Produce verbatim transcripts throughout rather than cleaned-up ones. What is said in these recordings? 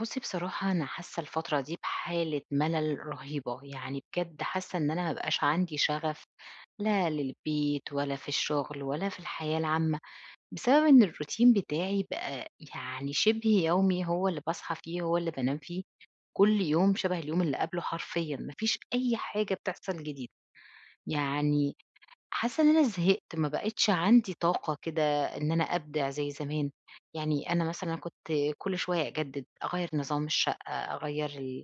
بُصّي، بصراحة أنا حاسة الفترة دي بحالة ملل رهيبة، يعني بجد حاسة إن أنا ما بقاش عندي شغف لا للبيت ولا في الشغل ولا في الحياة العامة، بسبب إن الروتين بتاعي بقى يعني شبه يومي، هو اللي باصحى فيه، هو اللي بانام فيه، كل يوم شبه اليوم اللي قبله حرفيًا، ما فيش أي حاجة بتحصل جديد، يعني حاسة إن أنا زهقت، ما بقيتش عندي طاقة كده إن أنا أبدع زي زمان، يعني أنا مثلًا كنت كل شوية أجدد، أغيّر نظام الشقة، أغيّر ال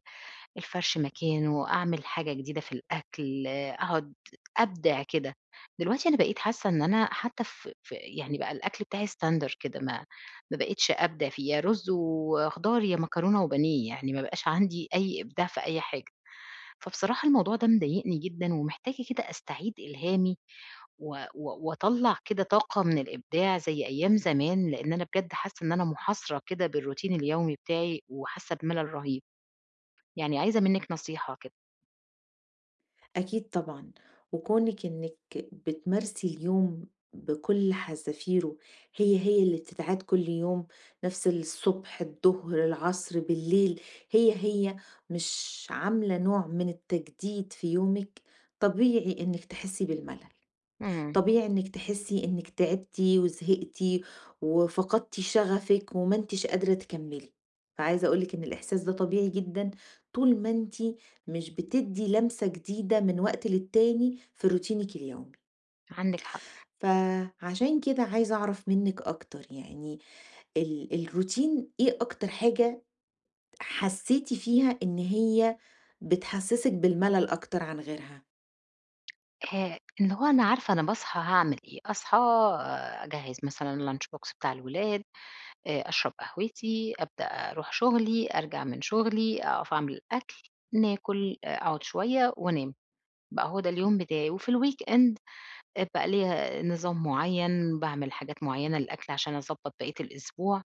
الفرش مكانه، أعمل حاجة جديدة في الأكل، أقعد أبدع كده. دلوقتي أنا بقيت حاسة إن أنا حتى ف ف يعني بقى الأكل بتاعي standard كده، ما ما بقيتش أبدع فيه، يا رز وخضار، يا مكرونة وبانيه، يعني ما بقاش عندي أي إبداع في أي حاجة. فبصراحة الموضوع ده مضايقني جدًا، ومحتاجة كده أستعيد إلهامي و و وأطلّع كده طاقة من الإبداع زي أيام زمان، لإن أنا بجد حاسة إن أنا محاصرة كده بالروتين اليومي بتاعي وحاسة بملل رهيب، يعني عايزة منِّك نصيحة كده. أكيد طبعًا، وكونِك إنِّك بتمارسي اليوم بكل حذافيره، هي، هي اللي بتتعاد كل يوم، نفس الصبح، الضهر، العصر، بالليل، هي، هي مش عاملة نوع من التجديد في يومِك، طبيعي إنِّك تحسي بالملل. إمم. طبيعي إنِّك تحسّي إنِّك تعبتِ وزهقتِ وفقدتِ شغفِك وما أنتيش قادرة تكمّلي. فعايزة أقول لِك إن الإحساس ده طبيعي جدًا طول ما أنتِ مش بتدّي لمسة جديدة من وقت للتاني في روتينِك اليومي. عندِك حق. فعشان كده عايزة أعرف منِّك أكتر، يعني ال الروتين إيه أكتر حاجة حسّيتِ فيها إن هي بتحسّسِك بالملل أكتر عن غيرها؟ آآ اللي هو أنا عارفة أنا باصحى هاعمل إيه، أصحى، آه، أجهّز مثلًا lunch box بتاع الولاد، آآ أشرب قهوتي، أبدأ أروح شغلي، أرجع من شغلي، أقف أعمل الأكل، ناكل، آه، أقعد شوية وأنام. بقى هو ده اليوم بتاعي، وفي الweekend آآ بقى ليّا نظام معيّن، باعمل حاجات معيّنة للأكل عشان أضبّط بقية الأسبوع،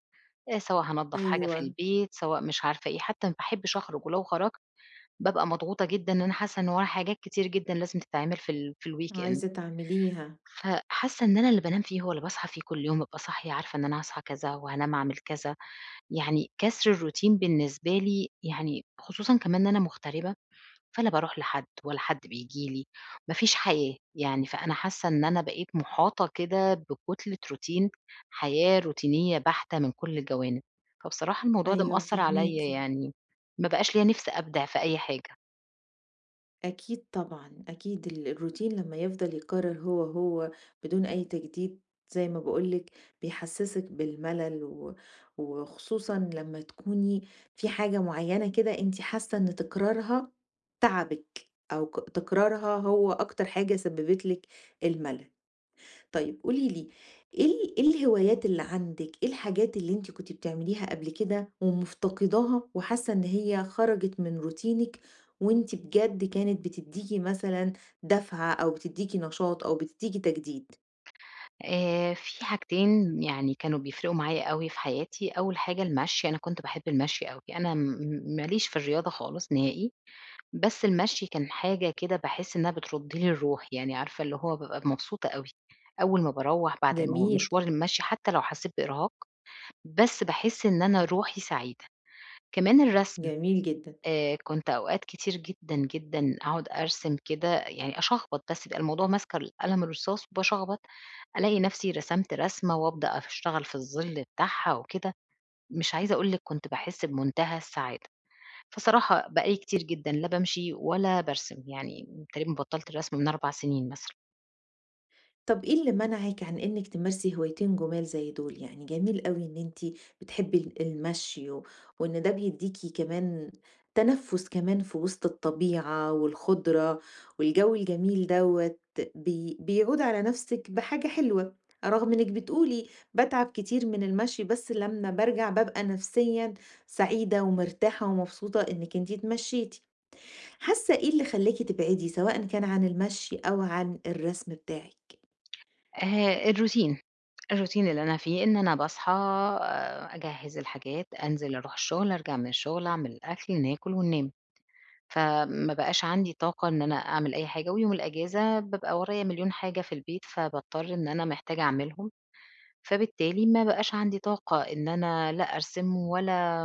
آآ سواء هانضّف حاجة في أيوه، البيت، سواء مش عارفة إيه، حتى ما باحبش أخرج، ولو خرجت بابقى مضغوطة جدًا، إن أنا حاسة إن ورايا حاجات كتير جدًا لازم تتعمل في ال في الweekend، عايزة تعمليها. فحاسة إن أنا اللي بانام فيه هو اللي باصحى فيه كل يوم، بابقى صاحية عارفة إن أنا هاصحى كذا وهانام أعمل كذا، يعني كسر الroutine بالنسبة لي، يعني خصوصًا كمان إن أنا مغتربة، فلا باروح لحد ولا حد بييجي لي، ما فيش حياة، يعني فأنا حاسة إن أنا بقيت مُحاطة كده بكتلة روتين، حياة روتينية بحتة من كل الجوانب، فبصراحة الموضوع ده أيوه، مأثّر فاهماكِ. عليَّ يعني، ما بقاش ليّا نِفْس أبدع في أي حاجة. أكيد طبعًا، أكيد ال الروتين لمّا يفضل يتكرر هو، هو بدون أي تجديد زي ما باقول لِك بيحسسِك بالملل و وخصوصًا لمّا تكوني في حاجة معينة كده أنتِ حاسة إن تكرارها تعبِك أو ك تكرارها هو أكتر حاجة سببت لِك الملل. طيب قولي لي إيه ال إيه الهوايات اللي عندِك، إيه الحاجات اللي أنتِ كنتِ بتعمليها قبل كده ومفتقداها وحاسة إن هي خرجت من روتينِك، وأنتِ بجد كانت بتدّيكِ مثلًا دَفعة أو بتدّيكِ نشاط أو بتدّيكِ تجديد؟ آآ في حاجتين يعني كانوا بيفرقوا معايا أوي في حياتي، أول حاجة المشي، أنا كنت باحب المشي أوي، أنا م م ماليش في الرياضة خالص نهائي، بس المشي كان حاجة كده باحس إنها بترُد لي الروح، يعني عارفة اللي هو بابقى مبسوطة أوي، أول ما باروّح بعد ما هو جميل، مشوار المشي، حتى لو حسيت بإرهاق، بس باحس إن أنا روحي سعيدة. كمان الرسم، جميل جدًا. آآ كنت أوقات كتير جدًا، جدًا أقعد أرسم كده يعني أشخبط بس، يبقى الموضوع ماسكة القلم الرصاص وباشخبط، ألاقي نفسي رسمت رسمة وأبدأ أشتغل في الظل بتاعها وكده، مش عايزة أقول لِك كنت باحس بمنتهى السعادة. فصراحة بقى لي كتير جدًا، لا بامشي ولا بارسم، يعني تقريبًا بطّلت الرسم من أربع سنين مثلًا. طب إيه اللي منعِك عن إنِّك تمارسي هوايتين جُمال زي دول؟ يعني جميل أوي إن أنتِ بتحبّي ال المشي و وإن ده بيدّيكِ كمان تنفُّس كمان في وسط الطبيعة والخُضرة والجو الجميل دوّة بي بيعود على نَفْسِك بحاجة حلوة، رغم إنِّك بتقولي باتعب كتير من المشي بس لمّا بارجع بابقى نفسيًا سعيدة ومرتاحة ومبسوطة إنِّك أنتِ اتمشّيتِ. حاسّة إيه اللي خلّاكِ تبعدي سواء كان عن المشي أو عن الرسم بتاعِك؟ آآ الروتين، الروتين اللي أنا فيه إن أنا باصحى، آآ أجهّز الحاجات، أنزل أروح الشغل، أرجع من الشغل، أعمل الأكل، ناكل وننام. فما بقاش عندي طاقة إن أنا أعمل أي حاجة، ويوم الأجازة بابقى ورايا مليون حاجة في البيت، فباضطر إن أنا محتاجة أعملهم، فبالتالي ما بقاش عندي طاقة إن أنا لا أرسم ولا،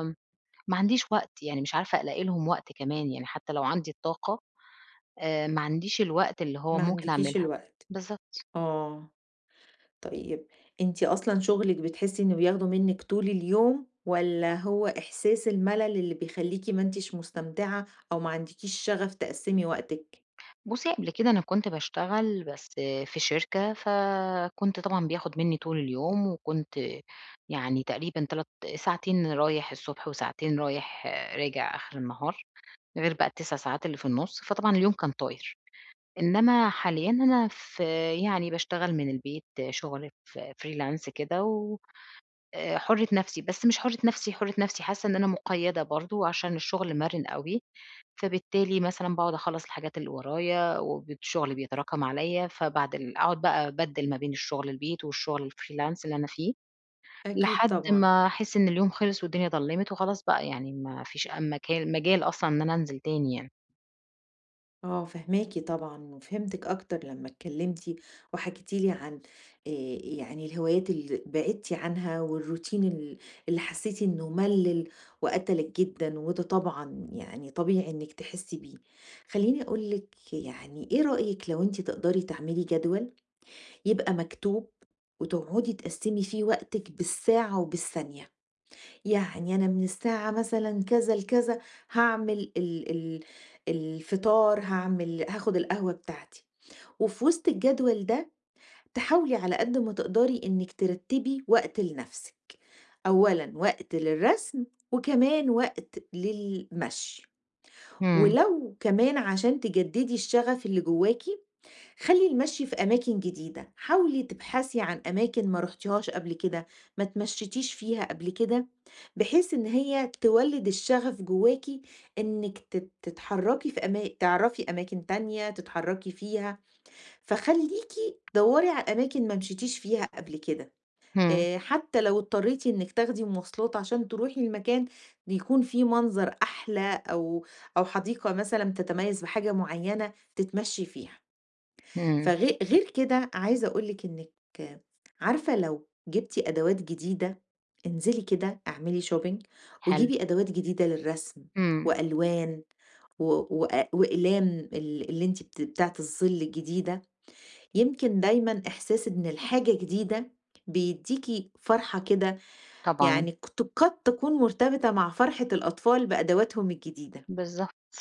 ما عنديش وقت، يعني مش عارفة ألاقي لهم وقت كمان، يعني حتى لو عندي الطاقة آآ ما عنديش الوقت اللي هو ما ممكن عندكيش أعملها. الوقت، بالضبط. آه، طيب أنتِ أصلًا شغلِك بتحسي إنه بياخده منِّك طول اليوم، والّا هو إحساس الملل اللي بيخلّيكِ ما أنتيش مستمتعة أو ما عندكيش شغف تقسّمي وقتِك؟ بُصّي، قبل كده أنا كنت باشتغل بس في شركة، فكنت طبعًا بياخد منّي طول اليوم، وكنت يعني تقريبًا تلاتة ساعتين رايح الصبح، وساعتين رايح راجع آخر النهار، غير بقى ال تسعة ساعات اللي في النُص، فطبعًا اليوم كان طاير. إنّما حاليًا أنا في، يعني باشتغل من البيت شُغل ف freelance كده و، آآ حُرّة نَفْسي، بس مش حُرّة نَفْسي، حُرّة نَفْسي حاسّة إن أنا مُقيّدة برضه عشان الشُغل مَرِن أوي، فبالتالي مثلًا باقعُد أخلّص الحاجات اللي ورايا والشُغل بيتراكم عليّا، فبعد ال أقعُد بقى أبدِّل ما بين الشُغل البيت والشُغل الfreelance اللي أنا فيه، أكيد لحد طبعًا. ما أحس إن اليوم خلص والدنيا ضلِّمت وخلاص بقى، يعني ما فيش أ مكان مجال أصلًا إن أنا أنزِل تاني يعني. آه فاهماكِ طبعًا، وفهمتِك أكتر لمّا اتكلمتِ وحكيتِ لي عن آآ يعني الهوايات اللي بعدتِ عنها والروتين ال اللي حسيتِ إنه مَلِّل وقتلِك جدًا، وده طبعًا يعني طبيعي إنِّك تحسي بيه. خلّيني أقول لِك يعني إيه رأيِك لو أنتِ تقدري تعملي جدول يبقى مكتوب وتقعدي تقسّمي فيه وقتِك بالساعة وبالثانية؟ يعني أنا من الساعة مثلًا كذا لكذا هاعمل ال ال الفطار، هاعمل هاخد القهوة بتاعتي، وفي وسط الجدول ده تحاولي على قد ما تقدري إنِّك ترتبي وقت لنفسِك، أولًا وقت للرسم، وكمان وقت للمشي، إمم. ولو كمان عشان تجددي الشغف اللي جواكِ خلّي المشي في أماكن جديدة، حاولي تبحثي عن أماكن ما رُحتيهاش قبل كده، ما اتمشيتيش فيها قبل كده، بحيث إن هي تولِّد الشغف جواكِ إنِّك تت تتحرّكي في أما تعرفي أماكن تانية تتحرّكي فيها، فخلّيكِ دَوّري على أماكن ما مشيتيش فيها قبل كده، إمم. آآ حتى لو اضطريتِ إنِّك تاخدي مواصلات عشان تروحي المكان بيكون فيه منظر أحلى أو أو حديقة مثلًا تتميّز بحاجة معيّنة تتمشّي فيها. إمم. فغي غير كده عايزة أقول لِك إنِّك عارفة لو جِبتِ أدوات جديدة، انزلي كده اعملي shopping حلو. وجيبي أدوات جديدة للرسم إمم. وألوان و وأ وأقلام ال اللي أنتِ بت بتاعة الظِل الجديدة، يمكن دايمًا إحساس إن الحاجة جديدة بيدّيكِ فرحة كده طبعًا. يعني قت قد تكون مرتبطة مع فرحة الأطفال بأدواتهم الجديدة، بالضبط،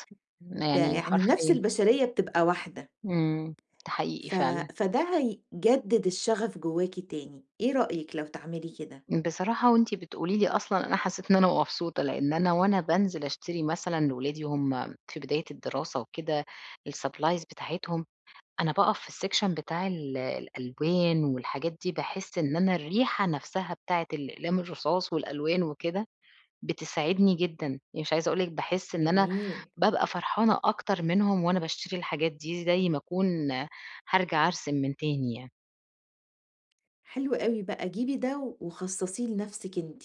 يعني فيعني النَفْس حرفيًا. البشرية بتبقى واحدة. إمم. ده حقيقي ف فعلًا. فده هيجدد الشغف جواكِ تاني، إيه رأيِك لو تعملي كده؟ بصراحة وأنتِ بتقولي لي أصلًا أنا حسّيت إن أنا مبسوطة، لإن أنا وأنا بانزل أشتري مثلًا لولادي وهُم في بداية الدراسة وكده الsupplies بتاعتهم، أنا باقف في الsection بتاع ال الألوان والحاجات دي، باحس إن أنا الريحة نفسها بتاعة الأقلام الرصاص والألوان وكده بتسعدني جدًا، يعني مش عايزة أقول لِك باحس إن أنا جميل. بابقى فرحانة أكتر منهم وأنا باشتري الحاجات دي، زي ما أكون هارجع أرسم من تاني يعني. حلو أوي بقى، جيبي ده وخصصيه لنفسِك أنتِ.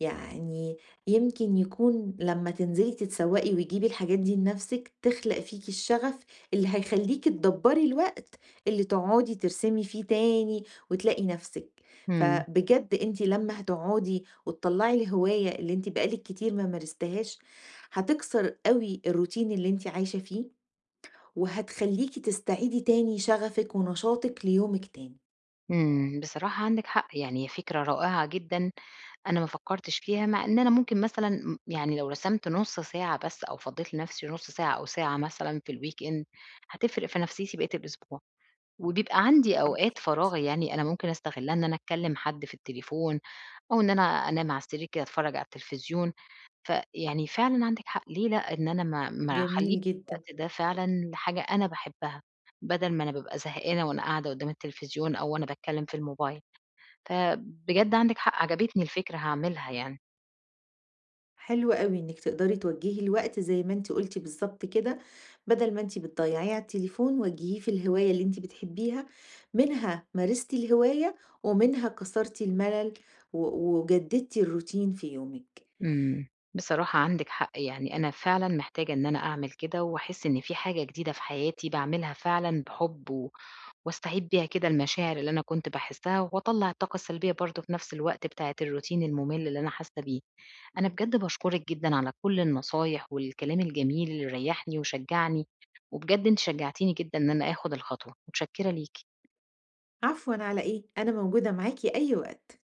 يعني يمكن يكون لمّا تنزلي تتسوقي وتجيبي الحاجات دي لنفسِك، تخلق فيكِ الشغف اللي هيخلّيكِ تدبّري الوقت اللي تقعدي ترسمي فيه تاني وتلاقي نفسِك، إمم. فبجد أنتِ لمّا هتقعدي وتطلّعي الهواية اللي أنتِ بقى لِك كتير ما مارستهاش، هتكسر أوي الروتين اللي أنتِ عايشة فيه، وهتخلّيكِ تستعيدي تاني شغفِك ونشاطِك ليومِك تاني. إمم. بصراحة عندِك حق، يعني هي فكرة رائعة جدًا، أنا ما فكّرتش فيها، مع إن أنا ممكن مثلًا م يعني لو رسمت نُص ساعة بس، أو فضّيت لنفسي نُص ساعة أو ساعة مثلًا في الweekend، هتفرق في نفسيتي بقية الأسبوع، وبيبقى عندي أوقات فراغ يعني أنا ممكن أستغلّها إن أنا أكلّم حد في التليفون، أو إن أنا أنام على السرير كده أتفرّج على التلفزيون، فيعني فعلًا عندِك حق، ليه لأ، إن أنا ما ما أخلّي جميل جدًا. الوقت ده فعلًا لحاجة أنا باحبها، بدل ما أنا بابقى زهقانة وأنا قاعدة قدّام التلفزيون أو وأنا باتكلّم في الموبايل، فبجد عندِك حق، عجبتني الفكرة هاعملها يعني. حلو أوي إنِّك تقدري توجّهي الوقت زي ما أنتِ قُلتِ بالضبط كده، بدل ما أنتِ بتضيّعيه على التليفون وجّهيه في الهواية اللي أنتِ بتحبيها، منها مارستِ الهواية ومنها كسرتِ الملل و وجددتِ الروتين في يومِك. إمم. بصراحة عندِك حق، يعني أنا فعلًا محتاجة إن أنا أعمل كده وأحس إن في حاجة جديدة في حياتي باعملها فعلًا بحُب و واستعيد بيها كده المشاعر اللي أنا كنت باحسّها وأطلّع الطاقة السلبية برضه في نفس الوقت بتاعة الروتين المُمِل اللي أنا حاسة بيه. أنا بجد باشكرِك جدًا على كل النصايح والكلام الجميل اللي ريّحني وشجّعني، وبجد أنتِ شجّعتيني جدًا إن أنا آخُد الخطوة، متشكّرة ليكِ. عفوًا على إيه، أنا موجودة معاكِ أي وقت.